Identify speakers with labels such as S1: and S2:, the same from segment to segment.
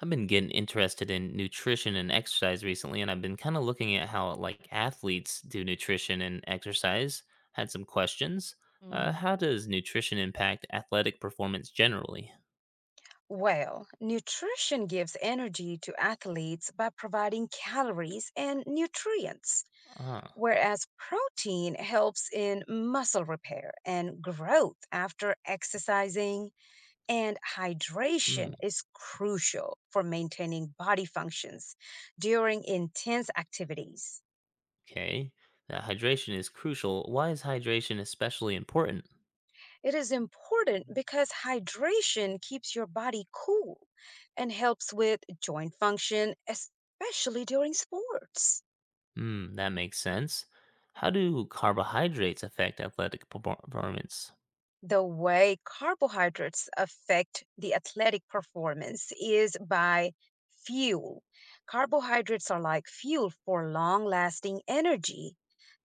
S1: I've been getting interested in nutrition and exercise recently, and I've been kind of looking at how like athletes do nutrition and exercise. Had some questions. Uh,
S2: Hmm.
S1: how does nutrition impact athletic performance generally?
S2: Well, nutrition gives energy to athletes by providing calories and nutrients,
S1: Ah,
S2: whereas protein helps in muscle repair and growth after exercising, and hydration
S1: mm,
S2: is crucial for maintaining body functions during intense activities.
S1: okay. That hydration is crucial. Why is hydration especially important?
S2: It is important because hydration keeps your body cool and helps with joint function, especially during sports.
S1: Hmm, that makes sense. How do carbohydrates affect athletic performance?
S2: The way carbohydrates affect the athletic performance is by fuel. Carbohydrates are like fuel for long lasting energy.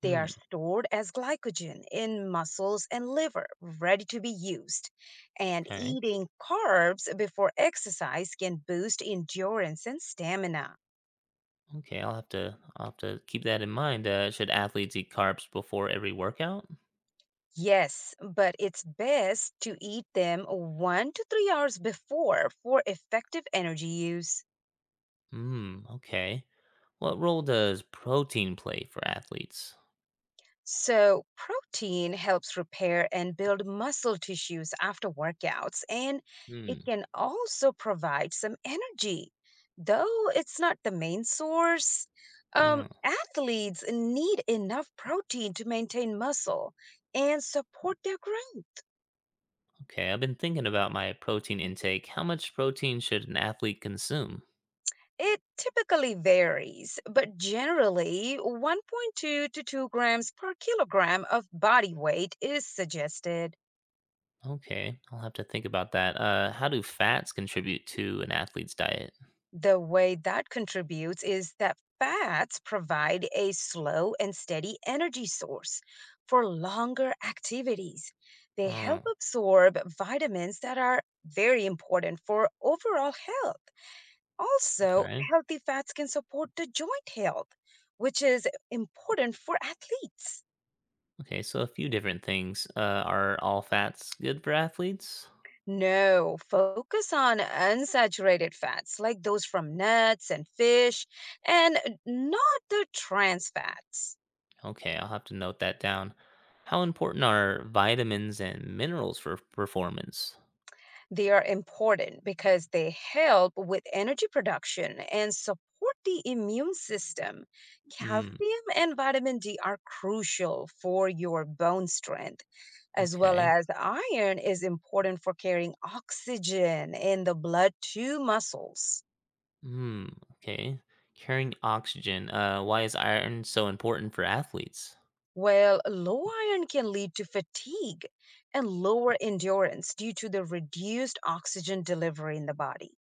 S2: They are
S1: Hmm,
S2: stored as glycogen in muscles and liver, ready to be used. And
S1: okay.
S2: eating carbs before exercise can boost endurance and stamina.
S1: Okay, I'll have to keep that in mind. Should athletes eat carbs before every workout?
S2: Yes, but it's best to eat them 1 to 3 hours before for effective energy use.
S1: Hmm. Okay. What role does protein play for athletes?
S2: So, protein helps repair and build muscle tissues after workouts, and it
S1: Hmm.
S2: can also provide some energy, though it's not the main source.
S1: Oh,
S2: Athletes need enough protein to maintain muscle and support their growth.
S1: okay. I've been thinking about my protein intake. How much protein should an athlete consume?
S2: It typically varies, but generally 1.2 to 2 grams per kilogram of body weight is suggested.
S1: Okay. I'll have to think about that. How do fats contribute to an athlete's diet?
S2: The way that contributes is that fats provide a slow and steady energy source for longer activities. They help
S1: Oh,
S2: absorb vitamins that are very important for overall health. Also,
S1: okay.
S2: healthy fats can support the joint health, which is important for athletes.
S1: Okay. So a few different things. Are all fats good for athletes?
S2: No, focus on unsaturated fats like those from nuts and fish, and not the trans fats.
S1: Okay. I'll have to note that down. How important are vitamins and minerals for performance?
S2: They are important because they help with energy production and support the immune system.
S1: Hmm.
S2: Calcium and vitamin D are crucial for your bone strength, as well
S1: Okay.
S2: as iron is important for carrying oxygen in the blood to muscles.
S1: Hmm. Okay. Carrying oxygen. Why is iron so important for athletes?
S2: Well, low iron can lead to fatigue and lower endurance due to the reduced oxygen delivery in the body.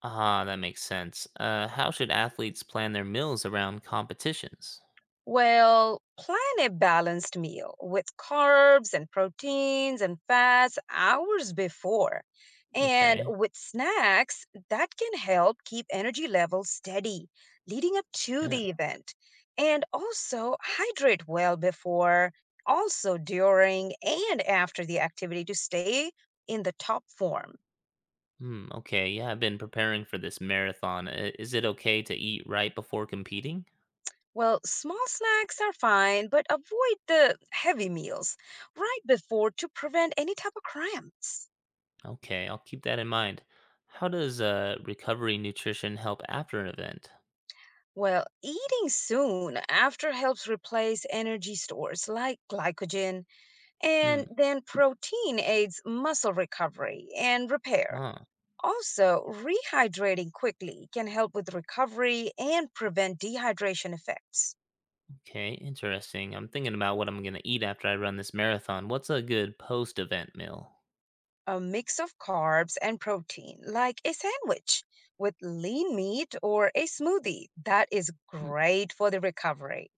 S1: Ah, that makes sense. How should athletes plan their meals around competitions?
S2: Well, plan a balanced meal with carbs and proteins and fats hours before. And
S1: Okay.
S2: with snacks, that can help keep energy levels steady leading up to
S1: Yeah.
S2: the event. And also hydrate well before, also during, and after the activity to stay in the top form.
S1: Hmm. Okay. Yeah, I've been preparing for this marathon. Is it okay to eat right before competing?
S2: Well, small snacks are fine, but avoid the heavy meals right before to prevent any type of cramps.
S1: Okay, I'll keep that in mind. How does recovery nutrition help after an event?
S2: Well, eating soon after helps replace energy stores like glycogen,
S1: Hmm.
S2: and then protein aids muscle recovery and repair.
S1: Ah,
S2: Also, rehydrating quickly can help with recovery and prevent dehydration effects.
S1: okay, interesting. I'm thinking about what I'm gonna eat after I run this marathon. What's a good post-event meal?
S2: A mix of carbs and protein, like a sandwich with lean meat or a smoothie, that is
S1: Hmm,
S2: great for the recovery.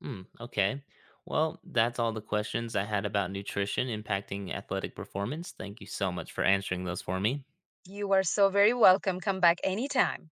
S1: hmm, okay. Well, that's all the questions I had about nutrition impacting athletic performance. Thank you so much for answering those for me.
S2: You are so very welcome. Come back anytime.